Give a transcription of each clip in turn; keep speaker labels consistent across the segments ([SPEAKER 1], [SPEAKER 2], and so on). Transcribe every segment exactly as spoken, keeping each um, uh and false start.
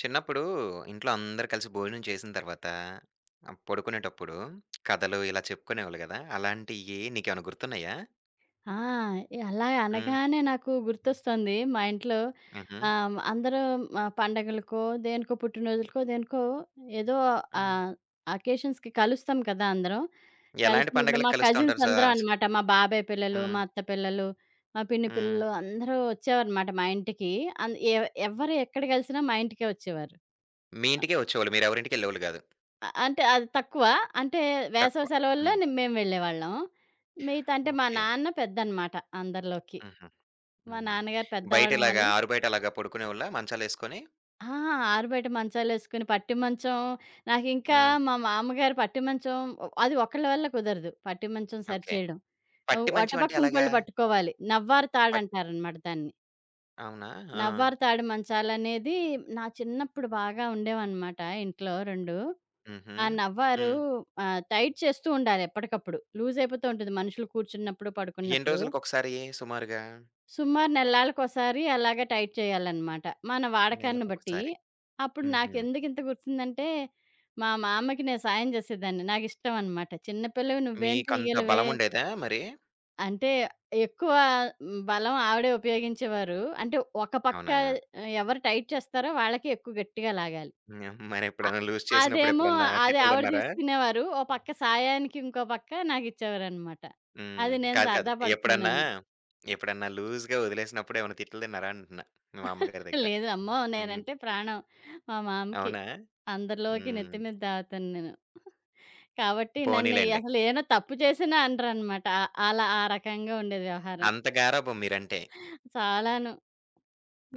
[SPEAKER 1] చిన్నప్పుడు ఇంట్లో అందరూ కలిసి భోజనం చేసిన తర్వాత ఆహ్, పడుకునేటప్పుడు కథలు ఇలా చెప్పుకునేవాళ్ళు గదా! అలాంటియి నీకేమైనా గుర్తున్నాయా?
[SPEAKER 2] ఆ! ఏ- అలా
[SPEAKER 1] హ్మ్.
[SPEAKER 2] అనగానే నాకు గుర్తొస్తుంది. మా ఇంట్లో
[SPEAKER 1] హుహు.
[SPEAKER 2] ఆహ్, అందరూ ఆహ్, పండగలకో, దేనికో పుట్టినరోజులకో, దేనికో ఏదో
[SPEAKER 1] హ్మ్.
[SPEAKER 2] ఆహ్, అకేషన్స్‌కి కలుస్తాం కదా! అందరం.
[SPEAKER 1] ఎలాంటి
[SPEAKER 2] కలిసినప్పుడు మా
[SPEAKER 1] పండగలకి కలుస్తా
[SPEAKER 2] కజిన్స్
[SPEAKER 1] ఉంటారు స
[SPEAKER 2] అందరం
[SPEAKER 1] స్
[SPEAKER 2] అనమాట. మా బాబాయ్ పిల్లలు,
[SPEAKER 1] హ్మ్.
[SPEAKER 2] మా అత్త పిల్లలు, మా పిన్ని
[SPEAKER 1] హ్మ్.
[SPEAKER 2] పిల్లలు అందరూ వచ్చేవారనమాట మా ఇంటికి. అన్ ఎ ఎవ్వరు ఎక్కడ కలిసినా మా ఇంటికే వచ్చేవారు.
[SPEAKER 1] మీ
[SPEAKER 2] అ
[SPEAKER 1] ఇంటికే వచ్చేవాళ్ళు. మీరెవరింటికెళ్ళేవాళ్ళు గాదు.
[SPEAKER 2] అంటే అది తక్కువ. అంటే వేసవి
[SPEAKER 1] తక్కువ.
[SPEAKER 2] సెలవుల్లో
[SPEAKER 1] హ్మ్.
[SPEAKER 2] ని- మేము వెళ్ళేవాళ్ళం. మిగతా అంటే మా
[SPEAKER 1] ఓకే.
[SPEAKER 2] నాన్న పెద్దనమాట అందరిలోకి.
[SPEAKER 1] హుహు.
[SPEAKER 2] మా
[SPEAKER 1] హ్మ్.
[SPEAKER 2] నాన్నగారు
[SPEAKER 1] బయట
[SPEAKER 2] పెద్దవ్వడం
[SPEAKER 1] ఇలాగా
[SPEAKER 2] వల్ల
[SPEAKER 1] ఆరుబయట అలాగా పడుకునేవాళ్ళా మంచాలేసుకొని?
[SPEAKER 2] ఆ! ఆరుబయట మంచాలేసుకుని పట్టి మంచం నాకింకా
[SPEAKER 1] హ్మ్.
[SPEAKER 2] మా మామగారు పట్టి మంచం ఒ అది ఒకళ్ళ వల్ల కుదరదు. పట్టి మంచం
[SPEAKER 1] ఓకే.
[SPEAKER 2] సరిచేయడం. ఆహ్,
[SPEAKER 1] పట్టి మంచం అంటే
[SPEAKER 2] అటుపక్క
[SPEAKER 1] ఎలాగా?
[SPEAKER 2] ఇంకోళ్ళు పట్టుకోవాలి. నవ్వారు
[SPEAKER 1] పట్
[SPEAKER 2] తాడంటారనమాట దాన్ని.
[SPEAKER 1] అవునా? ఆ!
[SPEAKER 2] నవ్వారు తాడు మంచాలనేది నా చిన్నప్పుడు బాగా ఉండేవనమాట ఇంట్లో రెండు.
[SPEAKER 1] హుహు.
[SPEAKER 2] ఆ నవ్వారు
[SPEAKER 1] హ్మ్.
[SPEAKER 2] ఆహ్, టైట్ చేస్తూ ఉండాలి ఎప్పటికప్పుడు. లూజ్ అయిపోతూ ఉంటుంది మనుషులు కూర్చున్నప్పుడు,
[SPEAKER 1] ఎన్ని
[SPEAKER 2] పడుకున్నప్పుడు.
[SPEAKER 1] రోజులకొకసారి సుమారుగా?
[SPEAKER 2] సుమారు నెల్లాళ్ళకోసారి అలాగా టైట్ చేయాలనమాట. మన వాడకాన్ని బట్టి.
[SPEAKER 1] నెలకొకసారి.
[SPEAKER 2] అప్పుడు
[SPEAKER 1] హుహు.
[SPEAKER 2] నాకెందుకింత గుర్తుందంటే, మా మామ్మకి నేను సాయం జేసేదాన్ని. నాకిష్టం అనమాట. చిన్న పిల్లవి నువ్వేం
[SPEAKER 1] మీకంత
[SPEAKER 2] తీయగలవే
[SPEAKER 1] బలముండేదా మరి?
[SPEAKER 2] అంటే, ఎక్కువ హ్మ్, బలం ఆవిడే ఉపయోగించేవారు. అంటే, ఒక పక్క
[SPEAKER 1] అవునా?
[SPEAKER 2] ఆ, ఎవరు టైట్ చేస్తారో వాళ్ళకి ఎక్కువ గట్టిగా లాగాలి.
[SPEAKER 1] హ్మ్.
[SPEAKER 2] అ
[SPEAKER 1] మరెప్పుడన్నా లూజ్ చేసినప్పుడు
[SPEAKER 2] అదేమో
[SPEAKER 1] ఎప్పుడన్నా
[SPEAKER 2] అది
[SPEAKER 1] తిట్లు
[SPEAKER 2] ఆవిడ
[SPEAKER 1] తిన్నారా?
[SPEAKER 2] తీసుకునేవారు. ఓ పక్క సాయానికి ఇంకో పక్క నాకిచ్చేవారనమాట.
[SPEAKER 1] హ్మ్.
[SPEAKER 2] అది నేను
[SPEAKER 1] కాదు, కాదు.
[SPEAKER 2] సరదా
[SPEAKER 1] ఎప్పుడన్నా,
[SPEAKER 2] పడుతున్నానని.
[SPEAKER 1] ఎప్పుడన్నా లూజ్‌గా వదిలేసినప్పుడు ఏమైనా తిట్లు తిన్నారా అంటున్నా మీ అమ్మగారి దగ్గర?
[SPEAKER 2] లేదు. అమ్మో!
[SPEAKER 1] హ్మ్.
[SPEAKER 2] నేనంటే ప్రాణం. మా మామకి.
[SPEAKER 1] అవునా?
[SPEAKER 2] అందరిలోకి
[SPEAKER 1] హ్మ్.
[SPEAKER 2] నెత్తి మీద దాగుతాను నేను. కాబట్టి నన్ను
[SPEAKER 1] పోనీలెండి.
[SPEAKER 2] అసలు ఏమైనా తప్పు చేసినా అనరనమాట. ఆహ్, అలా ఆ రకంగా ఉండేది వ్యవహారం.
[SPEAKER 1] అంత గారాబం మీరంటే.
[SPEAKER 2] చాలాను.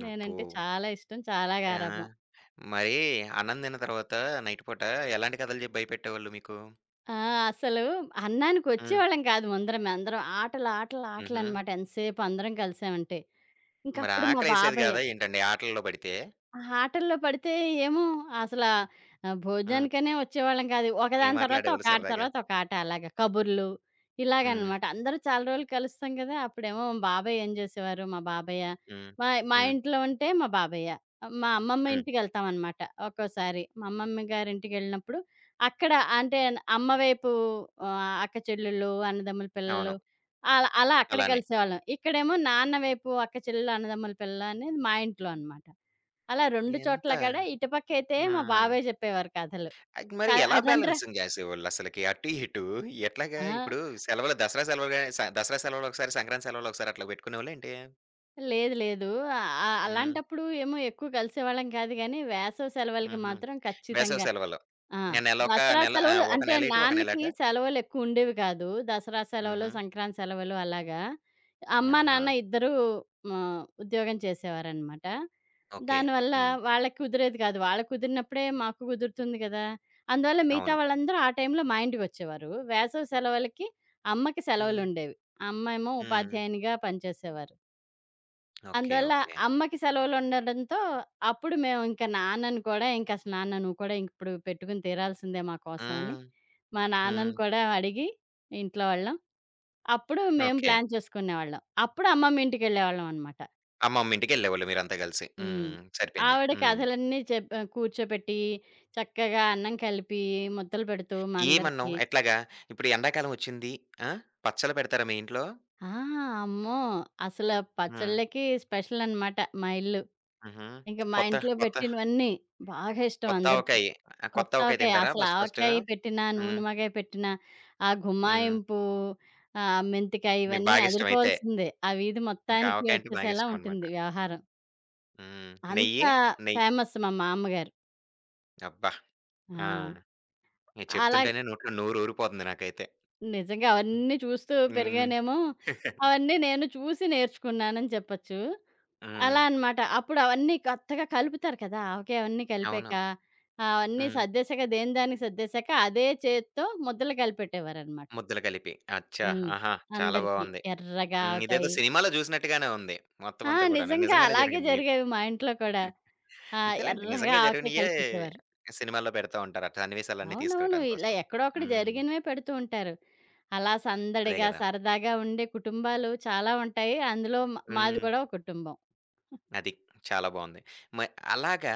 [SPEAKER 1] అబ్బో!
[SPEAKER 2] నేనంటే చాలా ఇష్టం. చాలా
[SPEAKER 1] ఆ!
[SPEAKER 2] గారాబం.
[SPEAKER 1] మరి అన్నం తిన్న తర్వాత నైట్ పూట ఎలాంటి కథలు జెప్పి భయపెట్టేవాళ్ళు మీకు?
[SPEAKER 2] ఆ! అసలు
[SPEAKER 1] హ్మ్.
[SPEAKER 2] అన్నానికొచ్చేవాళ్ళం కాదు ముందర మేమందరం. ఆటలు, ఆటలు,
[SPEAKER 1] హుహు.
[SPEAKER 2] ఆటలనమాట ఎంతసేపు అందరం కలిసామంటే.
[SPEAKER 1] మరి
[SPEAKER 2] ఇంకప్పుడు మా
[SPEAKER 1] ఆకలేసేది
[SPEAKER 2] బాబాయ్
[SPEAKER 1] కాదా ఏంటండి ఆటల్లో పడితే?
[SPEAKER 2] ఆటల్లో పడితే ఏమో అసలా ఆహ్,
[SPEAKER 1] హ్మ్.
[SPEAKER 2] భోజనానికనే వచ్చేవాళ్ళం కాదు.
[SPEAKER 1] ఏం
[SPEAKER 2] ఒకదాని తర్వాత ఒక
[SPEAKER 1] ఆటలాడేవాళ్ళు
[SPEAKER 2] ఆట
[SPEAKER 1] సరదాగా?
[SPEAKER 2] తర్వాత ఒక ఆట అలాగా. కబుర్లు
[SPEAKER 1] హ్మ్.
[SPEAKER 2] ఇలాగనమాట. అందరూ చాలా రోజులు కలుస్తాం కదా! అప్పుడేమో మా బాబాయ్ ఏం జేసేవారు మా బాబయ్య,
[SPEAKER 1] హ్మ్.
[SPEAKER 2] మా మా
[SPEAKER 1] హ్మ్.
[SPEAKER 2] ఇంట్లో ఉంటే మా బాబయ్య, మా అమ్మమ్మ
[SPEAKER 1] హ్మ్.
[SPEAKER 2] ఇంటికెళ్తామనమాట ఒక్కోసారి. మా అమ్మమ్మ గారింటికెళ్ళినప్పుడు అక్కడ అంటే అమ్మ వైపు ఆహ్, అక్క చెల్లెళ్ళు, అన్నదమ్ముల పిల్లలు
[SPEAKER 1] అవును.
[SPEAKER 2] అలా అలా అక్కడ
[SPEAKER 1] అలానే.
[SPEAKER 2] కలిసేవాళ్ళం. ఇక్కడేమో నాన్న వైపు అక్క చెల్లెలు, అన్నదమ్ముల పిల్లలు అనేది మా ఇంట్లో అనమాట. అలా రెండు
[SPEAKER 1] ఎంత
[SPEAKER 2] చోట్ల కూడా ఇటుపక్కయితే
[SPEAKER 1] ఆ!
[SPEAKER 2] మా బాబాయ్ జెప్పేవారు కథలు.
[SPEAKER 1] అది
[SPEAKER 2] క
[SPEAKER 1] మరి ఎలా
[SPEAKER 2] అదండ్రా
[SPEAKER 1] బ్యాలెన్సింగ్ జేసేవోళ్ళసలకి? అటు, ఇటు ఎట్లాగా?
[SPEAKER 2] ఆ!
[SPEAKER 1] ఇప్పుడు సెలవులు దసరా సెలవులుగా స దసరా సెలవులొకసారి, సంక్రాంతి సెలవులొకసారి అట్లా బెట్టుకునేవోళ్ళేంటి?
[SPEAKER 2] లేదు లేదు. ఆహ్,
[SPEAKER 1] హ్మ్.
[SPEAKER 2] అలాంటప్పుడు ఏమో ఎక్కువ కలిసేవాళ్ళం కాదు గానీ, వేసవి సెలవులకి
[SPEAKER 1] హుహు.
[SPEAKER 2] మాత్రం
[SPEAKER 1] వేసవి
[SPEAKER 2] ఖచ్చితంగా.
[SPEAKER 1] సెలవులు.
[SPEAKER 2] ఆ!
[SPEAKER 1] ఆ! నెలొక
[SPEAKER 2] దసరా
[SPEAKER 1] నెల
[SPEAKER 2] సెలవులు
[SPEAKER 1] ఆహ్, ఒక
[SPEAKER 2] అంటే
[SPEAKER 1] నెల ఇటు, ఒక నెల
[SPEAKER 2] నాన్నకి
[SPEAKER 1] అటా?
[SPEAKER 2] సెలవులెక్కువ ఉండేవి కాదు. దసరా సెలవులు,
[SPEAKER 1] హుహు.
[SPEAKER 2] సంక్రాంతి సెలవులు అలాగా. అమ్మ,
[SPEAKER 1] ఆహా!
[SPEAKER 2] నాన్న ఇద్దరూ ఆహ్, ఉద్యోగం చేసేవారనమాట.
[SPEAKER 1] ఓకే.
[SPEAKER 2] దానివల్ల
[SPEAKER 1] హ్మ్.
[SPEAKER 2] వాళ్ళకి కుదిరేది కాదు. వాళ్ళకి కుదిరినప్పుడే మాకు కుదురుతుంది కదా! అందువల్ల మిగతా
[SPEAKER 1] అవును.
[SPEAKER 2] వాళ్ళందరూ ఆ టైంలో మా ఇంటికొచ్చేవారు. వేసవి సెలవులకి అమ్మకి
[SPEAKER 1] హ్మ్.
[SPEAKER 2] సెలవులుండేవి. అమ్మేమో
[SPEAKER 1] హ్మ్.
[SPEAKER 2] ఉపాధ్యాయునిగా పనిచేసేవారు.
[SPEAKER 1] ఓకే.
[SPEAKER 2] అందువల్ల
[SPEAKER 1] ఓకే.
[SPEAKER 2] అమ్మకి సెలవులుండడంతో, అప్పుడు మేము ఇంక నాన్నని కూడా ఇంకసలు, "నాన్న నువ్వు కూడా ఇంక ఇప్పుడు పెట్టుకొని తీరాల్సిందే మా కోసం" అని,
[SPEAKER 1] హ్మ్.
[SPEAKER 2] మా నాన్నని
[SPEAKER 1] హ్మ్.
[SPEAKER 2] కూడా అడిగి ఇంట్లో వాళ్ళం. అప్పుడు మేము
[SPEAKER 1] ఓకే.
[SPEAKER 2] ప్లాన్ చేసుకునేవాళ్ళం. అప్పుడు అమ్మమ్మ ఇంటికెళ్ళేవాళ్ళం అనమాట.
[SPEAKER 1] అమ్మమ్మ ఇంటికెళ్ళేవోళ్ళు మీరంతా గలిసి.
[SPEAKER 2] హ్మ్.
[SPEAKER 1] హ్మ్. సరిపోయింది.
[SPEAKER 2] ఆవిడ
[SPEAKER 1] హ్మ్.
[SPEAKER 2] కథలన్నీ చెప్ ఆహ్, కూర్చోపెట్టి, చక్కగా అన్నం కలిపి, ముద్దలు పెడుతూ మా
[SPEAKER 1] ఏమన్నాం?
[SPEAKER 2] అందరికీ.
[SPEAKER 1] ఎట్లాగా? ఇప్పుడు ఎండాకాలం ఒచ్చింది. ఆ! పచ్చళ్ళు పెడతారా మీ ఇంట్లో?
[SPEAKER 2] ఆ! అమ్మో! అసల
[SPEAKER 1] హ్మ్.
[SPEAKER 2] పచ్చళ్ళకి స్పెషల్ అనమాట మా ఇల్లు.
[SPEAKER 1] హుహు.
[SPEAKER 2] ఇంక మా
[SPEAKER 1] కొత్త
[SPEAKER 2] ఇంట్లో
[SPEAKER 1] కొత్త
[SPEAKER 2] పెట్టినవన్నీ బాగా ఇష్టం
[SPEAKER 1] కొత్త
[SPEAKER 2] అందరికీ.
[SPEAKER 1] ఆవకాయి. ఆ! కొత్త
[SPEAKER 2] కొత్త
[SPEAKER 1] ఆవకాయ
[SPEAKER 2] ఆవకాయ,
[SPEAKER 1] తింటారా
[SPEAKER 2] అసలు
[SPEAKER 1] ఫస్ట్ ఫస్టు?
[SPEAKER 2] ఆవకాయ పెట్టినా,
[SPEAKER 1] హ్మ్.
[SPEAKER 2] నూనెమాకాయ పెట్టినా, ఆ
[SPEAKER 1] హ్మ్.
[SPEAKER 2] గుమ్మాయింపు, ఆహ్, మెంతికాయ
[SPEAKER 1] మీకు
[SPEAKER 2] ఇవన్నీ
[SPEAKER 1] బాగిష్టం అయితే.
[SPEAKER 2] అదిరిపోవాల్సిందే. ఆ వీధి
[SPEAKER 1] మీకు
[SPEAKER 2] మొత్తానికి
[SPEAKER 1] ఆవకాయ అంటే
[SPEAKER 2] వచ్చేసేలా
[SPEAKER 1] బాగిష్టం అన్నమాట.
[SPEAKER 2] ఉంటుంది వ్యవహారం.
[SPEAKER 1] హ్మ్.
[SPEAKER 2] అంత
[SPEAKER 1] నెయ్యి? నెయ్యి.
[SPEAKER 2] ఫేమస్ మా మామ్మగారు.
[SPEAKER 1] అబ్బా!
[SPEAKER 2] ఆ!
[SPEAKER 1] ఆ! మీరు
[SPEAKER 2] అలాగే
[SPEAKER 1] చెప్తుంటేనే నోట్లో నోరూరిపోతుంది నాకైతే.
[SPEAKER 2] నిజంగా అవన్నీ చూస్తూ
[SPEAKER 1] హ్మ్.
[SPEAKER 2] పెరిగానేమో, అవన్నీ నేను చూసి నేర్చుకున్నానని చెప్పొచ్చు. అలా
[SPEAKER 1] హ్మ్.
[SPEAKER 2] అనమాట. అప్పుడు అవన్నీ కొత్తగా కలుపుతారు కదా! ఓకే. అవన్నీ
[SPEAKER 1] అవును.
[SPEAKER 2] కలిపాక, ఆహ్, అవన్నీ
[SPEAKER 1] హ్మ్.
[SPEAKER 2] సర్దేశాక దేని దానికి సర్దేశాక అదే చేత్తో ముద్దలు కలిపెట్టేవారనమాట.
[SPEAKER 1] ముద్దలు కలిపి. అచ్చా!
[SPEAKER 2] హ్మ్.
[SPEAKER 1] ఆహా! చాలా
[SPEAKER 2] అందరికి.
[SPEAKER 1] బావుంది.
[SPEAKER 2] ఎర్రగా
[SPEAKER 1] హ్మ్. ఇదేదో
[SPEAKER 2] ఆవకాయి.
[SPEAKER 1] సినిమాలో జూసినట్టుగానే ఉంది. మొత్తం
[SPEAKER 2] ఆ!
[SPEAKER 1] అంతా గూడాను.
[SPEAKER 2] నిజంగా
[SPEAKER 1] నిజంగానే
[SPEAKER 2] అలాగే
[SPEAKER 1] జరిగింది.
[SPEAKER 2] జరిగేవి మా ఇంట్లో కూడా. ఆ!
[SPEAKER 1] అంతేలెండి.
[SPEAKER 2] ఎర్రగా
[SPEAKER 1] నిజంగా
[SPEAKER 2] ఆవకాయ
[SPEAKER 1] జరిగినయే
[SPEAKER 2] కలిపెట్టేవారు.
[SPEAKER 1] సినిమాల్లో పెడతా ఉంటారట సన్నివేశాలన్నీ
[SPEAKER 2] అవునవును.
[SPEAKER 1] తీసుకురావడం
[SPEAKER 2] ఇలా
[SPEAKER 1] కోసం.
[SPEAKER 2] ఎక్కడో అక్కడ
[SPEAKER 1] హ్మ్.
[SPEAKER 2] జరిగినవే పెడుతూ ఉంటారు. అలా
[SPEAKER 1] అదే
[SPEAKER 2] సందడిగా,
[SPEAKER 1] గదా!
[SPEAKER 2] సరదాగా ఉండే కుటుంబాలు చాలా ఉంటాయి. అందులో మ మాది
[SPEAKER 1] హ్మ్.
[SPEAKER 2] కూడా ఒక కుటుంబం.
[SPEAKER 1] అది. చాలా బావుంది. మ అలాగా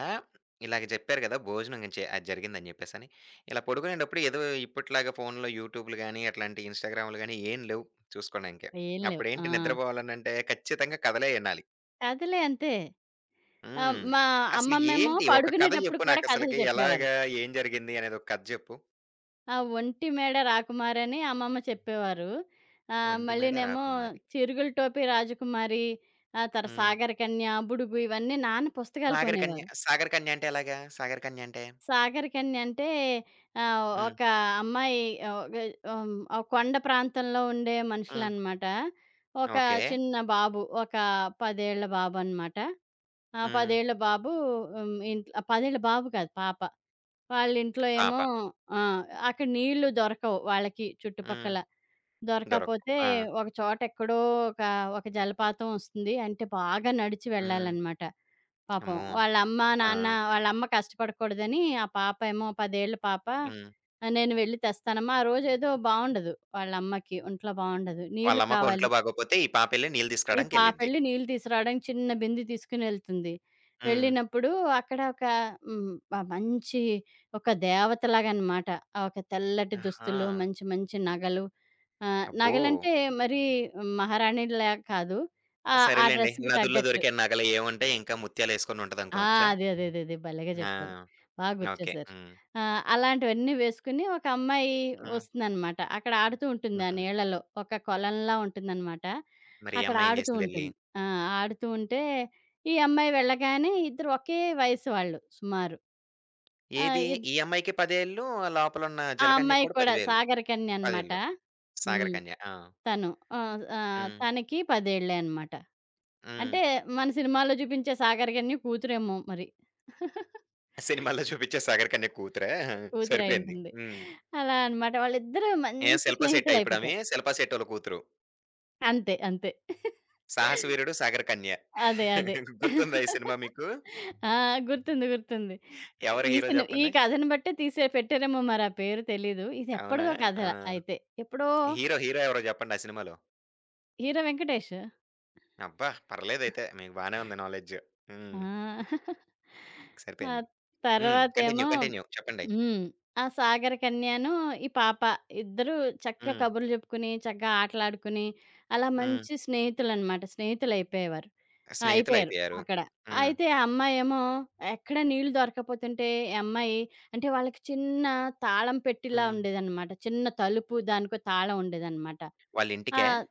[SPEAKER 1] ఇలాగ జెప్పారు గదా! భోజనం చే అది జరిగిందని జెప్పేసని. ఇలా పడుకునేటప్పుడు ఏదో ఇప్పట్లాగా ఫోన్‌లో యూట్యూబ్‌లు గాని, అట్లాంటి ఇన్‌స్టాగ్రామ్‌లు గాని ఏం లేవు చూసుకోడానికి.
[SPEAKER 2] ఏం లేవు. ఆ!
[SPEAKER 1] అప్పుడేంటి నిద్రపోవాలనంటే ఖచ్చితంగా కథలే ఇనాలి.
[SPEAKER 2] కథలే అంతే. ఆహ్,
[SPEAKER 1] హ్మ్.
[SPEAKER 2] మా
[SPEAKER 1] అసలు
[SPEAKER 2] అమ్మమ్మేమో
[SPEAKER 1] ఏంటి ఒక కథ
[SPEAKER 2] పడుకునేటప్పుడు
[SPEAKER 1] జెప్పు
[SPEAKER 2] కూడా కథలు
[SPEAKER 1] నాకసలకి.
[SPEAKER 2] చెప్పేవారు.
[SPEAKER 1] ఎలాగా? ఏం జరిగింది? అనేది ఒక కథ జెప్పు.
[SPEAKER 2] ఆ 'ఒంటి మేడ రాకుమారి' అని అమ్మమ్మ చెప్పేవారు. ఆహ్,
[SPEAKER 1] ఒంటిమేడ
[SPEAKER 2] మళ్ళీనేమో
[SPEAKER 1] రాకుమారి.
[SPEAKER 2] 'చిరుగుల టోపీ రాజకుమారి', ఆ తర
[SPEAKER 1] హ్మ్.
[SPEAKER 2] 'సాగర కన్య', 'బుడుగు' ఇవన్నీ నాన్న పుస్తకాలు
[SPEAKER 1] 'సాగర్
[SPEAKER 2] కొనేవారు.
[SPEAKER 1] కన్య', 'సాగర్ కన్య' అంటే ఎలాగా? 'సాగర్ కన్య' అంటే?
[SPEAKER 2] సాగరికన్య అంటే ఆహ్,
[SPEAKER 1] హ్మ్.
[SPEAKER 2] ఒక అమ్మాయి ఆహ్, గ హ్మ్. ఆహ్, కొండ ప్రాంతంలో ఉండే
[SPEAKER 1] హ్మ్.
[SPEAKER 2] మనుషులనమాట. ఒక
[SPEAKER 1] ఓకే.
[SPEAKER 2] చిన్న బాబు, ఒక పది ఏళ్ల బాబనమాట. ఆ పది
[SPEAKER 1] హ్మ్.
[SPEAKER 2] ఏళ్ల బాబు హ్మ్. ఇంట్లో పది ఏళ్ల బాబు కాదు పాప. వాళ్ళింట్లో ఏమో
[SPEAKER 1] పాప.
[SPEAKER 2] ఆ! అక్కడ నీళ్ళు దొరకవు వాళ్ళకి
[SPEAKER 1] హ్మ్.
[SPEAKER 2] చుట్టుపక్కల.
[SPEAKER 1] దొరకు.
[SPEAKER 2] దొరకకపోతే
[SPEAKER 1] ఆ!
[SPEAKER 2] ఒక చోట ఎక్కడో ఒక, ఒక జలపాతం వస్తుంది. అంటే బాగా నడిచి
[SPEAKER 1] హ్మ్.
[SPEAKER 2] వెళ్ళాలనమాట. పాపం
[SPEAKER 1] అమ్మో!
[SPEAKER 2] వాళ్ళ అమ్మ,
[SPEAKER 1] ఆ!
[SPEAKER 2] నాన్న వాళ్ళమ్మ కష్టపడకూడదని ఆ పాప ఏమో పది ఏళ్ల పాప
[SPEAKER 1] హ్మ్.
[SPEAKER 2] "ఆ, "నేను వెళ్లి తెస్తానమ్మా." ఆ రోజేదో బావుండదు వాళ్ళ అమ్మకి ఒంట్లో బావుండదు. నీళ్లు
[SPEAKER 1] వాళ్ళమ్మకు ఒంట్లో
[SPEAKER 2] కావాలి.
[SPEAKER 1] బాగోపోతే ఈ పాపెళ్లి నీళ్ళు
[SPEAKER 2] ఈ
[SPEAKER 1] తీసుకురావడానికెళ్ళిద్ది.
[SPEAKER 2] పాపెళ్లి నీళ్ళు తీసుకురావడానికి చిన్న బిందె తీసుకునెళ్తుంది.
[SPEAKER 1] హ్మ్.
[SPEAKER 2] వెళ్ళినప్పుడు అక్కడ ఒక హ్మ్. మ మంచి ఒక దేవతలాగనమాట. ఒక తెల్లటి
[SPEAKER 1] ఆహా!
[SPEAKER 2] దుస్తులు, మంచి మంచి నగలు. ఆహ్,
[SPEAKER 1] అబ్బో!
[SPEAKER 2] నగలంటే మరీ మహారాణిలా కాదు. ఆహ్, ఆ
[SPEAKER 1] సరేలెండి.
[SPEAKER 2] డ్రెస్‌కి
[SPEAKER 1] నదుల్లో
[SPEAKER 2] తగ్గట్టు.
[SPEAKER 1] దొరికే నగలు ఏవుంటాయి ఇంకా ముత్యాలేసుకొని
[SPEAKER 2] ఆ!
[SPEAKER 1] ఉంటదనుకోవచ్చా?
[SPEAKER 2] అదే. అదే. అదే. అదే. భలేగా చెప్పారు.
[SPEAKER 1] ఆ!
[SPEAKER 2] బాగా
[SPEAKER 1] ఓకే.
[SPEAKER 2] గుర్తేశారు.
[SPEAKER 1] హ్మ్.
[SPEAKER 2] ఆ! అలాంటివన్నీ వేసుకుని ఒక అమ్మాయి
[SPEAKER 1] హ్మ్.
[SPEAKER 2] వస్తుందనమాట. అక్కడ ఆడుతూ ఉంటుంది ఆ
[SPEAKER 1] హుహు.
[SPEAKER 2] నీళ్ళలో. ఒక కొలంలా ఉంటుందనమాట.
[SPEAKER 1] మరి ఈ
[SPEAKER 2] అక్కడ
[SPEAKER 1] అమ్మాయి ఏం
[SPEAKER 2] ఆడుతూ
[SPEAKER 1] చేసిందెళ్లి?
[SPEAKER 2] ఉంటుంది. ఆ! ఆడుతూ ఉంటే ఈ అమ్మాయి వెళ్ళగానే ఇద్దరు ఒకే వయసు వాళ్ళు సుమారు. ఆ!
[SPEAKER 1] ఏది?
[SPEAKER 2] ఇద్
[SPEAKER 1] ఈ అమ్మాయికి పది ఏళ్ళు లోపలున్న
[SPEAKER 2] ఆ
[SPEAKER 1] 'జలకన్య'కి
[SPEAKER 2] అమ్మాయి
[SPEAKER 1] కూడా
[SPEAKER 2] కూడా
[SPEAKER 1] పది వేలు
[SPEAKER 2] సాగర కన్య
[SPEAKER 1] పది
[SPEAKER 2] అనమాట.
[SPEAKER 1] ఏళ్ళు. 'సాగర్
[SPEAKER 2] హ్మ్.
[SPEAKER 1] కన్య'. ఆ!
[SPEAKER 2] తను. ఆహ్, ఆహ్,
[SPEAKER 1] హ్మ్.
[SPEAKER 2] తనకి పది ఏళ్ళే అనమాట.
[SPEAKER 1] హ్మ్.
[SPEAKER 2] అంటే మన సినిమాల్లో చూపించే 'సాగర్‌కన్య' కూతురేమో మరి.
[SPEAKER 1] సినిమాల్లో చూపించే 'సాగర్ కన్య' కూతురా? సరిపోయింది.
[SPEAKER 2] కూతురయ్యుంటుంది.
[SPEAKER 1] హ్మ్.
[SPEAKER 2] అలా అనమాట. వాళ్ళిద్దరూ
[SPEAKER 1] ఏం
[SPEAKER 2] మంచి
[SPEAKER 1] శిల్ప శెట్టా ఇప్పుడామె?
[SPEAKER 2] స్నేహితులయిపోతారు.
[SPEAKER 1] శిల్ప శెట్టోళ్ళ కూతురు.
[SPEAKER 2] అంతే. అంతే.
[SPEAKER 1] 'సాహసవీరుడు', 'సాగర్ కన్య.'
[SPEAKER 2] అదే. అదే.
[SPEAKER 1] గుర్తుందా ఈ సినిమా మీకు?
[SPEAKER 2] ఆ! గుర్తుంది. గుర్తుంది.
[SPEAKER 1] ఎవరు
[SPEAKER 2] ఈ
[SPEAKER 1] హీరో
[SPEAKER 2] సిని ఈ
[SPEAKER 1] చెప్పండి?
[SPEAKER 2] కథను బట్టే తీసే పెట్టారేమో మరి ఆ పేరు తెలీదు.
[SPEAKER 1] అవునా?
[SPEAKER 2] ఇదెప్పటిదో కథ
[SPEAKER 1] ఆ!
[SPEAKER 2] అయితే. ఎప్పుడో
[SPEAKER 1] హీరో, హీరో ఎవరో చెప్పండి ఆ సినిమాలో?
[SPEAKER 2] 'హీరో వెంకటేష్'
[SPEAKER 1] అబ్బా! పర్లేదయితే మీకు బానే ఉంది నాలెడ్జ్.
[SPEAKER 2] ఆ!
[SPEAKER 1] హ్మ్.
[SPEAKER 2] ఆ
[SPEAKER 1] సరిపోయింది. హ్మ్.
[SPEAKER 2] తర్వాతేమో
[SPEAKER 1] కంటిన్యూ, కంటిన్యూ చెప్పండి.
[SPEAKER 2] హ్మ్. ఆ 'సాగరకన్యను' ఈ పాప ఇద్దరు చక్కగా
[SPEAKER 1] హ్మ్.
[SPEAKER 2] కబుర్లు చెప్పుకుని, చక్కగా ఆటలాడుకుని, అలా
[SPEAKER 1] హ్మ్.
[SPEAKER 2] మంచి స్నేహితులనమాట. స్నేహితులయిపోయేవారు. ఆ! అయిపోయారు
[SPEAKER 1] స్నేహితులయిపోయారు.
[SPEAKER 2] అక్కడ.
[SPEAKER 1] హ్మ్.
[SPEAKER 2] అయితే ఆ అమ్మాయేమో ఎక్కడ నీళ్ళు దొరకకపోతుంటే ఈ అమ్మాయి అంటే వాళ్ళకి చిన్న తాళం పెట్టిలా
[SPEAKER 1] హ్మ్.
[SPEAKER 2] ఉండేదనమాట. చిన్న తలుపు దానికో తాళం ఉండేదనమాట.
[SPEAKER 1] వాళ్ళింటికా?
[SPEAKER 2] ఆహ్,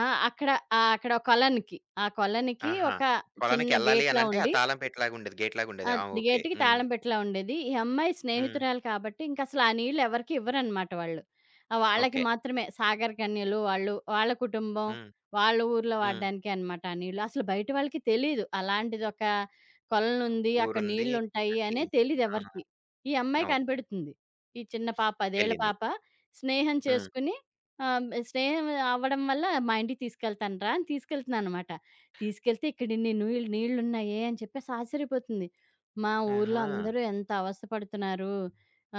[SPEAKER 2] ఆ! అక్కడ ఆహ్, అక్కడ కొలనుకి, ఆ కొలనుకి
[SPEAKER 1] ఆహా!
[SPEAKER 2] ఒక చిన్న
[SPEAKER 1] పొలానికెళ్ళాలి
[SPEAKER 2] గేట్‌లా
[SPEAKER 1] అనంటే ఆ
[SPEAKER 2] ఉండి
[SPEAKER 1] తాళం పెట్టేలాగుండేది. గేట్
[SPEAKER 2] ఆ!
[SPEAKER 1] లాగుండేది. ఆ! ఓకే.
[SPEAKER 2] గేట్‌కి
[SPEAKER 1] హ్మ్.
[SPEAKER 2] తాళం పెట్టేలా ఉండేది. ఈ అమ్మాయి
[SPEAKER 1] హ్మ్.
[SPEAKER 2] స్నేహితురాలు కాబట్టి ఇంకసలు ఆ నీళ్ళు ఎవరికీ ఇవ్వరనమాట వాళ్ళు. ఆహ్, వాళ్ళకి
[SPEAKER 1] ఓకే.
[SPEAKER 2] మాత్రమే సాగర్ కన్యలు వాళ్ళు, వాళ్ళ కుటుంబం,
[SPEAKER 1] హ్మ్.
[SPEAKER 2] వాళ్ళ ఊర్లో
[SPEAKER 1] హ్మ్.
[SPEAKER 2] వాడడానికే అనమాట ఆ నీళ్ళు. అసలు బయట వాళ్ళకి తెలీదు. అలాంటిదొక కొలనుంది, అక్కడ
[SPEAKER 1] ఊరుంది.
[SPEAKER 2] నీళ్ళుంటాయి
[SPEAKER 1] అది
[SPEAKER 2] అనే
[SPEAKER 1] ఆ!
[SPEAKER 2] తెలీదెవరికీ. ఈ అమ్మాయి
[SPEAKER 1] ఓకే.
[SPEAKER 2] కనిపెడుతుంది. ఈ చిన్న పాప, పదేళ్ల
[SPEAKER 1] ఎళ్ళింది.
[SPEAKER 2] పాప స్నేహం
[SPEAKER 1] హ్మ్.
[SPEAKER 2] చేసుకుని ఆహ్, స్నేహం అవ్వడం వల్ల మా ఇంటికి తీసుకెళ్తాను రా అని తీసుకెళ్తుందనమాట. తీసుకెళ్తే ఇక్కడిన్ని నీళ్ నీళ్ళున్నాయే అని చెప్పేసి ఆశ్చర్యపోతుంది. మా ఊర్లో
[SPEAKER 1] ఆహా!
[SPEAKER 2] అందరూ ఎంత అవస్థ పడుతున్నారు.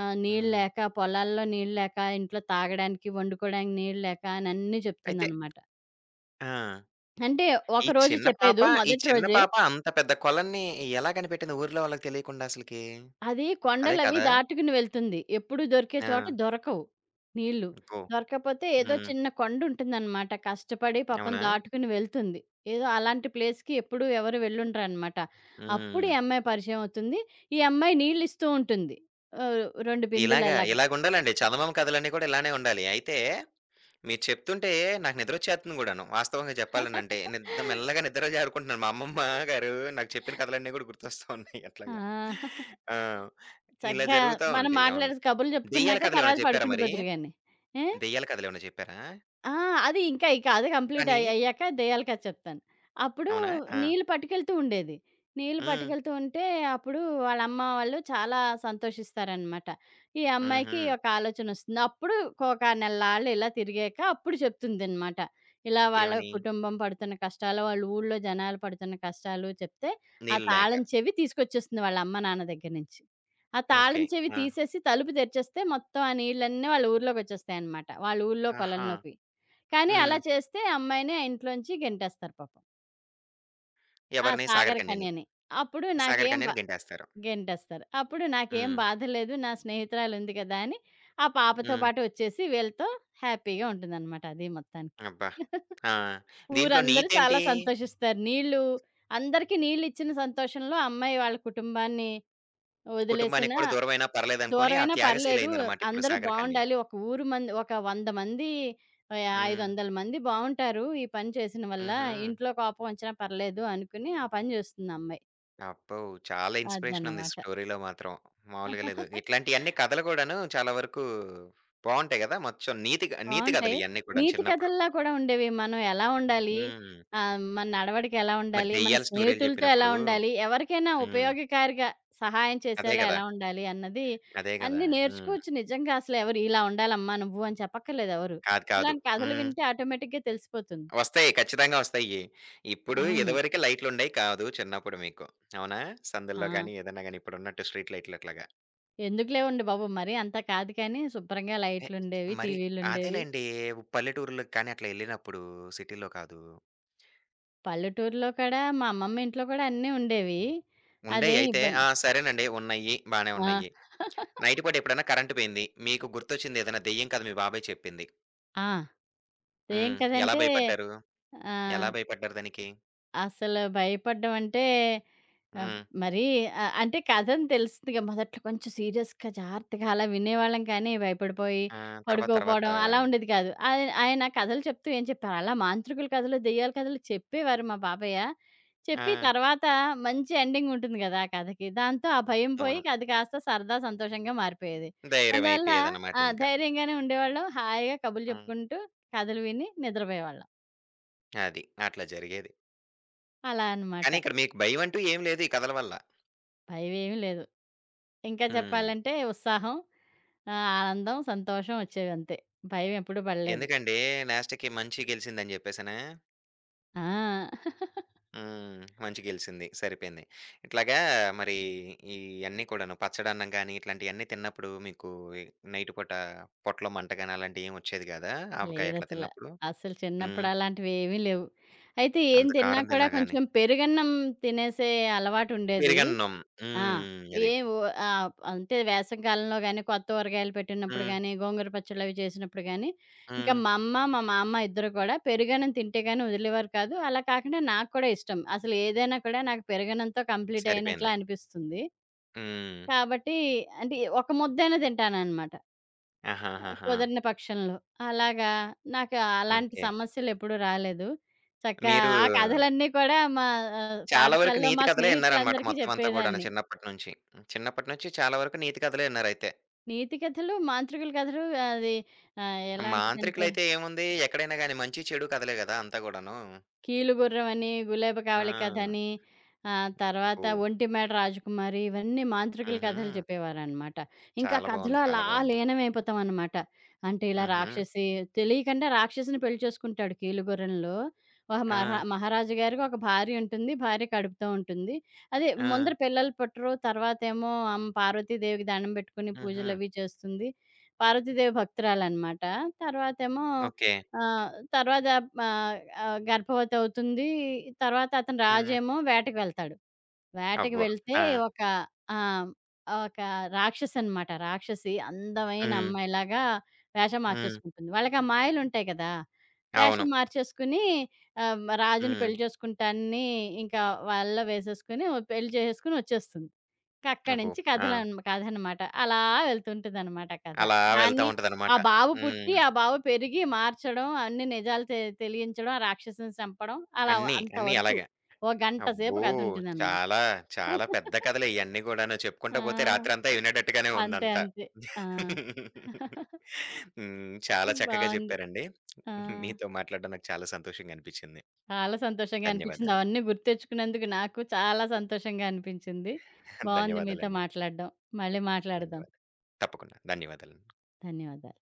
[SPEAKER 2] ఆహ్, నీళ్ళు
[SPEAKER 1] హ్మ్.
[SPEAKER 2] లేక, పొలాల్లో నీళ్ళు లేక, ఇంట్లో తాగడానికి, వండుకోడానికి నీళ్ళు లేక అని అన్నీ
[SPEAKER 1] అయితే
[SPEAKER 2] చెప్తుందనమాట.
[SPEAKER 1] ఆ!
[SPEAKER 2] అంటే
[SPEAKER 1] ఈ
[SPEAKER 2] ఒకరోజు
[SPEAKER 1] చిన్న పాప,
[SPEAKER 2] చెప్పేదు
[SPEAKER 1] ఈ
[SPEAKER 2] మొదటి
[SPEAKER 1] చిన్న
[SPEAKER 2] రోజే.
[SPEAKER 1] పాప అంత పెద్ద కొలన్ని ఎలా కనిపెట్టింది ఊర్లో వాళ్ళకి తెలియకుండా అసలకి?
[SPEAKER 2] అది
[SPEAKER 1] అదే
[SPEAKER 2] కొండలవి
[SPEAKER 1] కదా!
[SPEAKER 2] దాటుకుని వెళ్తుంది. ఎప్పుడు దొరికే
[SPEAKER 1] ఆ!
[SPEAKER 2] చోట దొరకవు నీళ్ళు.
[SPEAKER 1] అబ్బో!
[SPEAKER 2] దొరకకపోతే ఏదో
[SPEAKER 1] హ్మ్.
[SPEAKER 2] చిన్న కొండుంటుందనమాట. కష్టపడి పాపం
[SPEAKER 1] అవునా?
[SPEAKER 2] దాటుకుని వెళ్తుంది. ఏదో అలాంటి ప్లేస్‌కి ఎప్పుడూ ఎవరు వెళ్ళుండరనమాట. అప్పుడు ఈ
[SPEAKER 1] హ్మ్.
[SPEAKER 2] అమ్మాయి పరిచయం అవుతుంది. ఈ అమ్మాయి నీళ్ళిస్తూ ఉంటుంది. ఆహ్, రెండు
[SPEAKER 1] ఇలాగా
[SPEAKER 2] బిందెలలాగ.
[SPEAKER 1] ఇలాగుండాలండి చందమామ కథలన్నీ కూడా ఇలానే ఉండాలి. అయితే మీరు చెప్తుంటే నాకు నిద్రొచ్చేస్తుంది గూడాను. వాస్తవంగా చెప్పాలనంటే నిద్ద మెల్లగా నిద్ర జారుకుంటున్నాను. మా అమ్మమ్మ గారు నాకు చెప్పిన కథలన్నీ గూడా గుర్తొస్తా ఉన్నాయి అట్లాగా.
[SPEAKER 2] ఆ!
[SPEAKER 1] ఆ! ఇలా
[SPEAKER 2] చక్కగా
[SPEAKER 1] జరుగుతా
[SPEAKER 2] మనం
[SPEAKER 1] ఉంటాయి. అవును.
[SPEAKER 2] మాట్లాడేసి కబుర్లు
[SPEAKER 1] దెయ్యాల
[SPEAKER 2] చెప్పుకున్నాక తర్వాత
[SPEAKER 1] కథలేమైనా చెప్పారా మరి?
[SPEAKER 2] పడుకుండిపోదురు గాని. ఏ?
[SPEAKER 1] దెయ్యాల కథలేమైనా చెప్పారా?
[SPEAKER 2] ఆ! అది ఇంకా ఇక అది కంప్లీట్
[SPEAKER 1] కానీ
[SPEAKER 2] అయ్ అయ్యాక దెయ్యాల కథ చెప్తాను. అప్పుడు
[SPEAKER 1] అవునా? ఆ!
[SPEAKER 2] నీళ్ళు పట్టుకెళ్తూ ఉండేది. నీళ్ళు
[SPEAKER 1] హ్మ్.
[SPEAKER 2] పట్టుకెళ్తూ ఉంటే అప్పుడు వాళ్ళ అమ్మ వాళ్ళు చాలా సంతోషిస్తారనమాట. ఈ అమ్మాయికి
[SPEAKER 1] హుహు.
[SPEAKER 2] ఒక ఆలోచనొస్తుంది. అప్పుడు ఒక నెల్లాళ్ళు ఇలా తిరిగాక అప్పుడు చెప్తుందనమాట. ఇలా వాళ్ళ
[SPEAKER 1] ఏమని?
[SPEAKER 2] కుటుంబం పడుతున్న కష్టాలు, వాళ్ళ ఊళ్ళో జనాలు పడుతున్న కష్టాలు చెప్తే, ఆ
[SPEAKER 1] నీళ్ళు లేక.
[SPEAKER 2] తాళం చెవి తీసుకొచ్చేస్తుంది వాళ్ళ అమ్మ, నాన్న దగ్గర నుంచి. ఆ
[SPEAKER 1] ఓకే.
[SPEAKER 2] తాళం చెవి
[SPEAKER 1] ఆ!
[SPEAKER 2] తీసేసి తలుపు తెరిచేస్తే మొత్తం ఆ నీళ్ళన్నీ వాళ్ళ ఊర్లోకొచ్చేస్తాయనమాట. వాళ్ళ ఊర్లో
[SPEAKER 1] ఆహా!
[SPEAKER 2] కొలంలోకి. కానీ అలా
[SPEAKER 1] హ్మ్.
[SPEAKER 2] చేస్తే అమ్మాయిని ఆ ఇంట్లోంచి గెంటేస్తారు పాపం. ఆ!
[SPEAKER 1] ఎవరిని? సాగరకన్యని.
[SPEAKER 2] సాగరకన్యని. అప్పుడు నాకేం బా
[SPEAKER 1] సాగరకన్యని గెంటేస్తారు.
[SPEAKER 2] గెంటేస్తారు. అప్పుడు నాకేం
[SPEAKER 1] హ్మ్.
[SPEAKER 2] బాధ లేదు. నా స్నేహితురాలుంది కదా! అని ఆ పాపతో
[SPEAKER 1] హ్మ్.
[SPEAKER 2] పాటు వచ్చేసి వీళ్ళతో హ్యాపీగా ఉంటుందనమాట అది మొత్తానికి.
[SPEAKER 1] అబ్బా! ఆ! దీంట్లో
[SPEAKER 2] ఊరందరూ చాలా
[SPEAKER 1] నీతేంటి?
[SPEAKER 2] సంతోషిస్తారు. నీళ్ళు అందరికీ నీళ్ళిచ్చిన సంతోషంలో అమ్మాయి వాళ్ళ కుటుంబాన్ని వదిలేసిన
[SPEAKER 1] కుటుంబానికి కూడా దూరమైనా పర్లేదనుకోని ఆ
[SPEAKER 2] దూరమైనా పర్లేదు.
[SPEAKER 1] త్యాగశీలైందనమాట ఇప్పుడు
[SPEAKER 2] అందరూ
[SPEAKER 1] 'సాగరకన్య'.
[SPEAKER 2] బావుండాలి. ఒక ఊరు మంది ఒక వంద మంది ఆహ్,
[SPEAKER 1] హ్మ్.
[SPEAKER 2] ఐదు వందల మంది బావుంటారు. ఈ పని చేసిన వల్ల.
[SPEAKER 1] హుహు.
[SPEAKER 2] ఇంట్లో కోపం వచ్చినా పర్లేదు అనుకుని ఆ పని జేస్తుంది ఆ అమ్మాయి.
[SPEAKER 1] అబ్బో! చాలా ఇన్‌స్పిరేషన్ ఉంది
[SPEAKER 2] అదన్నమాట.
[SPEAKER 1] స్టోరీలో మాత్రం. మామూలుగా లేదు. ఇట్లాంటియన్నీ కథలు కూడాను చాలా వరకు బావుంటాయి గదా! మొత్తం నీతి క నీతి
[SPEAKER 2] బావుంటాయి.
[SPEAKER 1] కథలు ఇయన్నీ కూడాను
[SPEAKER 2] నీతి
[SPEAKER 1] చిన్నప్పుడు.
[SPEAKER 2] కథల్లా కూడా ఉండేవి. మనం ఎలా ఉండాలి?
[SPEAKER 1] హ్మ్.
[SPEAKER 2] ఆహ్, మన నడవడిక ఎలా
[SPEAKER 1] మరి
[SPEAKER 2] ఉండాలి? మన
[SPEAKER 1] దెయ్యాల స్టోరీలు
[SPEAKER 2] స్నేహితులతో ఎలా
[SPEAKER 1] చెప్పినప్పుడు
[SPEAKER 2] ఉండాలి? ఎవరికైనా
[SPEAKER 1] హ్మ్.
[SPEAKER 2] ఉపయోగకారిగా సహాయం
[SPEAKER 1] అదే
[SPEAKER 2] చేసేలా
[SPEAKER 1] గదా!
[SPEAKER 2] ఎలా ఉండాలి? అన్నది
[SPEAKER 1] అదే గదా!
[SPEAKER 2] అన్నీ
[SPEAKER 1] హ్మ్.
[SPEAKER 2] నేర్చుకోవచ్చు నిజంగా అసలు ఎవరు ఇలా ఉండాలమ్మా నువ్వు అని చెప్పక్కర్లేదు ఎవరు.
[SPEAKER 1] కాదు. కాదు.
[SPEAKER 2] ఇలాంటి కథలు
[SPEAKER 1] హ్మ్.
[SPEAKER 2] వింటే ఆటోమేటిక్‌గా తెలిసిపోతుంది.
[SPEAKER 1] వస్తాయి. ఖచ్చితంగా వస్తాయి. ఇప్పుడు
[SPEAKER 2] అవును.
[SPEAKER 1] ఇదివరకే లైట్లుండేయి కాదు చిన్నప్పుడు మీకు. అవునా?
[SPEAKER 2] ఆ!
[SPEAKER 1] సందుల్లో గాని, ఏదైనా గాని ఇప్పుడున్నట్టు స్ట్రీట్ లైట్లు అట్లాగా.
[SPEAKER 2] ఎందుకులేవండి బాబు! మరీ అంత కాదు కానీ శుభ్రంగా
[SPEAKER 1] ఎ
[SPEAKER 2] లైట్లుండేవి,
[SPEAKER 1] మరి
[SPEAKER 2] టీవీలుండేవి.
[SPEAKER 1] అదేలెండి. పల్లెటూరులో కానీ అట్లా ఎళ్ళినప్పుడు సిటీలో కాదు.
[SPEAKER 2] పల్లెటూరులో కూడా మా అమ్మమ్మ ఇంట్లో కూడా అన్నీ ఉండేవి. అదేం
[SPEAKER 1] ఉండేయయితే
[SPEAKER 2] ఇబ్బంది
[SPEAKER 1] ఆ! సరేనండి ఉన్నాయి. బానే
[SPEAKER 2] ఆ!
[SPEAKER 1] ఉన్నాయి. నైట్ పూట ఎప్పుడైనా కరెంట్ పోయింది. మీకు గుర్తొచ్చింది ఏదైనా దెయ్యం కథ మీ బాబాయ్ చెప్పింది.
[SPEAKER 2] ఆ! ఏం
[SPEAKER 1] హ్మ్. ఎలా
[SPEAKER 2] కదంటే
[SPEAKER 1] భయపడ్డారు? ఎలా
[SPEAKER 2] ఆహ్,
[SPEAKER 1] భయపడ్డారు దానికి?
[SPEAKER 2] అసలు భయపడ్డం అంటే ఆహ్,
[SPEAKER 1] హ్మ్.
[SPEAKER 2] మరీ ఆహ్, అంటే కథని తెలుస్తుందిగా మొదట్లో కొంచెం సీరియస్‌గా జాగ్రత్తగా అలా వినేవాళ్ళం కానీ భయపడిపోయి
[SPEAKER 1] ఆ! తర్వాత తర్వాత
[SPEAKER 2] పడుకోపోవడం అలా ఉండేది కాదు. ఆయ ఆయన కథలు చెప్తూ ఏం చెప్పారు అలా మాంత్రికుల కథలు, దెయ్యాల కథలు చెప్పేవారు మా బాబాయ్య. చెప్పి
[SPEAKER 1] ఆ!
[SPEAKER 2] తర్వాత మంచి ఎండింగ్ ఉంటుంది కదా ఆ కథకి. దాంతో ఆ భయం పోయి
[SPEAKER 1] అవును.
[SPEAKER 2] అది కాస్త సరదా, సంతోషంగా మారిపోయేది.
[SPEAKER 1] ధైర్యం
[SPEAKER 2] అందువల్ల
[SPEAKER 1] అయిపోయేదన్నమాట
[SPEAKER 2] ఆ!
[SPEAKER 1] ఇంకా.
[SPEAKER 2] ధైర్యంగానే ఉండేవాళ్ళం. హాయిగా కబుర్లు
[SPEAKER 1] హ్మ్.
[SPEAKER 2] చెప్పుకుంటూ, కథలు విని నిద్రపోయేవాళ్ళం.
[SPEAKER 1] అది. అట్లా జరిగేది.
[SPEAKER 2] అలా అనమాట.
[SPEAKER 1] కానీ ఇక్కడ మీకు భయం అంటూ ఏం లేదు ఈ కథల వల్ల.
[SPEAKER 2] భయమేమి లేదు. ఇంకా
[SPEAKER 1] హ్మ్.
[SPEAKER 2] చెప్పాలంటే ఉత్సాహం, ఆహ్, ఆనందం, సంతోషం వచ్చేవంతే. భయం ఎప్పుడూ పడలేదు.
[SPEAKER 1] ఎందుకండి లాస్ట్‌కి మంచి గెలిసిందని జెప్పేసనా?
[SPEAKER 2] ఆ!
[SPEAKER 1] హ్మ్. మంచి గెలిసింది. సరిపోయింది. ఇట్లాగా మరి ఈ అన్నీ కూడాను పచ్చడన్నం గాని, ఇట్లాంటియన్నీ తిన్నప్పుడు మీకు ఈ నైట్ పూట పొట్టలో మంట గాని అలాంటియేం వచ్చేది గాదా? ఆవకాయ అట్లా
[SPEAKER 2] లేదసల.
[SPEAKER 1] తిన్నప్పుడు?
[SPEAKER 2] అసలు అసలు
[SPEAKER 1] హ్మ్.
[SPEAKER 2] చిన్నప్పుడు అలాంటివేమీ లేవు. అయితే ఏం
[SPEAKER 1] అంత
[SPEAKER 2] తిన్నా
[SPEAKER 1] కారం
[SPEAKER 2] కూడా
[SPEAKER 1] తిన్నా గాని.
[SPEAKER 2] కొంచెం పెరుగన్నం తినేసే అలవాటుండేది.
[SPEAKER 1] పెరుగన్నం.
[SPEAKER 2] ఆ!
[SPEAKER 1] హ్మ్. అది.
[SPEAKER 2] ఏ ఓ ఆహ్, అంతే వేసవి కాలంలో గాని, కొత్త ఊరగాయలు పెట్టినప్పుడు
[SPEAKER 1] హ్మ్.
[SPEAKER 2] గాని, గోంగూర పచ్చళ్ళవి చేసినప్పుడు గాని, ఇంకా
[SPEAKER 1] హ్మ్.
[SPEAKER 2] మా అమ్మ, మా మామ ఇద్దరు కూడా పెరుగన్నం తింటే గాని వదిలేవారు కాదు. అలా కాకుండా నాకు కూడా ఇష్టం. అసలు ఏదైనా కూడా నాకు పెరుగన్నంతో కంప్లీట్
[SPEAKER 1] సరిపోయింది.
[SPEAKER 2] అయినట్లా అనిపిస్తుంది.
[SPEAKER 1] హ్మ్.
[SPEAKER 2] కాబట్టి అంటే ఒక ముద్దైనా తింటాననమాట.
[SPEAKER 1] ఆహాహాహా!
[SPEAKER 2] కుదిరిన పక్షంలో. అలాగా నాకు అలాంటి
[SPEAKER 1] ఓకే.
[SPEAKER 2] సమస్యలెప్పుడూ రాలేదు. చక్కగా
[SPEAKER 1] మీరు
[SPEAKER 2] ఆ కథలన్నీ కూడా మా ఆహ్,
[SPEAKER 1] చాలా వరకు
[SPEAKER 2] పాఠశాలలో
[SPEAKER 1] నీతి
[SPEAKER 2] మా
[SPEAKER 1] కథలే ఇన్నారనమాట
[SPEAKER 2] స్నేహితులందరికీ
[SPEAKER 1] మొత్తం అంతా గూడాను
[SPEAKER 2] చెప్పేదాన్ని.
[SPEAKER 1] చిన్నప్పటి నుంచి. చిన్నప్పటి నుంచి చాలా వరకు నీతి కథలే ఇన్నారైతే.
[SPEAKER 2] నీతి కథలు, మాంత్రికుల కథలు అది ఆహ్, ఎలా ఉంటదంటే
[SPEAKER 1] మాంత్రికులైతే ఏముంది? ఎక్కడైనా గాని మంచి, చెడు కథలే గదా! అంతా గూడాను.
[SPEAKER 2] కీలుగుర్రవని, గులేబ కావలి
[SPEAKER 1] ఆ!
[SPEAKER 2] కథని, ఆహ్, తర్వాత
[SPEAKER 1] అబ్బో!
[SPEAKER 2] ఒంటిమేడ రాజకుమారి ఇవన్నీ మాంత్రికుల
[SPEAKER 1] హుహు.
[SPEAKER 2] కథలు చెప్పేవారనమాట. ఇంకా
[SPEAKER 1] చాలా
[SPEAKER 2] కథలో
[SPEAKER 1] బావుంది.
[SPEAKER 2] అలా
[SPEAKER 1] చాలా బావుంది.
[SPEAKER 2] లీనమైపోతామనమాట. అంటే ఇలా
[SPEAKER 1] హుహు.
[SPEAKER 2] రాక్షసి తెలియకుండా రాక్షసిని పెళ్లి చేసుకుంటాడు కీలుగుర్రంలో. ఒక
[SPEAKER 1] ఆ!
[SPEAKER 2] మహా మహారాజు గారికి ఒక భార్య ఉంటుంది. భార్య కడుపుతో ఉంటుంది. అదే
[SPEAKER 1] ఆ!
[SPEAKER 2] ముందర పిల్లలు పుట్టరు. తర్వాతేమో ఆమె పార్వతీదేవికి దండం పెట్టుకొని
[SPEAKER 1] హుహు.
[SPEAKER 2] పూజలవి చేస్తుంది. పార్వతీదేవి భక్తురాలనమాట. తర్వాతేమో
[SPEAKER 1] ఓకే.
[SPEAKER 2] ఆ! తర్వాత ఆహ్, ఆహ్, గర్భవతి అవుతుంది. తర్వాత అతని
[SPEAKER 1] హ్మ్.
[SPEAKER 2] రాజేమో వేటకి వెళ్తాడు. వేటకి
[SPEAKER 1] అబ్బో!
[SPEAKER 2] వెళ్తే
[SPEAKER 1] ఆ!
[SPEAKER 2] ఒక ఆ! ఒక రాక్షసనమాట. రాక్షసి అందమైన
[SPEAKER 1] హ్మ్.
[SPEAKER 2] అమ్మాయిలాగా వేషం
[SPEAKER 1] హ్మ్.
[SPEAKER 2] మార్చేసుకుంటుంది. వాళ్ళకి ఆ మాయలుంటాయి కదా!
[SPEAKER 1] అవును.
[SPEAKER 2] వేషం మార్చేసుకుని ఆహ్, రాజుని
[SPEAKER 1] హ్మ్.
[SPEAKER 2] పెళ్లి చేసుకుంటానని ఇంకా వలలో వేసేసుకొని పెళ్లి చేసేసుకొని వచ్చేస్తుంది. అక్కడి
[SPEAKER 1] అబ్బో!
[SPEAKER 2] నుంచి
[SPEAKER 1] ఆ!
[SPEAKER 2] కథలన్ కథనమాట. అలా వెళ్తుంటదనమాట కథ.
[SPEAKER 1] అలా వెళ్తా
[SPEAKER 2] దాన్ని ఆ
[SPEAKER 1] ఉంటదనమాట.
[SPEAKER 2] బాబు పుట్టి,
[SPEAKER 1] హ్మ్.
[SPEAKER 2] ఆ బాబు పెరిగి, మార్చడం, అన్ని నిజాలు తె తెలియించడం, ఆ రాక్షసుని చంపడం అలా
[SPEAKER 1] అన్నీ, అన్నీ
[SPEAKER 2] అంతవరకు.
[SPEAKER 1] అలాగే.
[SPEAKER 2] ఓ గంట సేపు
[SPEAKER 1] అబ్బో!
[SPEAKER 2] కథుంటుందనమాట.
[SPEAKER 1] చాలా, చాలా పెద్ద కథలే ఇయన్నీ గూడాను.
[SPEAKER 2] ఆ!
[SPEAKER 1] చెప్పుకుంటా పోతే రాత్రంతా వినేటట్టుగానే
[SPEAKER 2] అంతే.
[SPEAKER 1] ఉందంతా.
[SPEAKER 2] అంతే. ఆ!
[SPEAKER 1] హ్మ్. చాలా చక్కగా
[SPEAKER 2] బావుంది.
[SPEAKER 1] చెప్పారండి.
[SPEAKER 2] ఆ!
[SPEAKER 1] మీతో మాట్లాడడం నాకు చాలా సంతోషంగా అనిపిచ్చింది.
[SPEAKER 2] చాలా సంతోషంగా అనిపిచ్చింది.
[SPEAKER 1] ధన్యవాదాలు.
[SPEAKER 2] అవన్నీ గుర్తెచ్చుకున్నందుకు నాకు చాలా సంతోషంగా అనిపించింది. బావుంది మీతో
[SPEAKER 1] ధన్యవాదాలండి.
[SPEAKER 2] మాట్లాడడం. మళ్ళీ మాట్లాడదాం.
[SPEAKER 1] ధన్యవాదాలు. తప్పకుండా. ధన్యవాదాలండి.
[SPEAKER 2] ధన్యవాదాలు.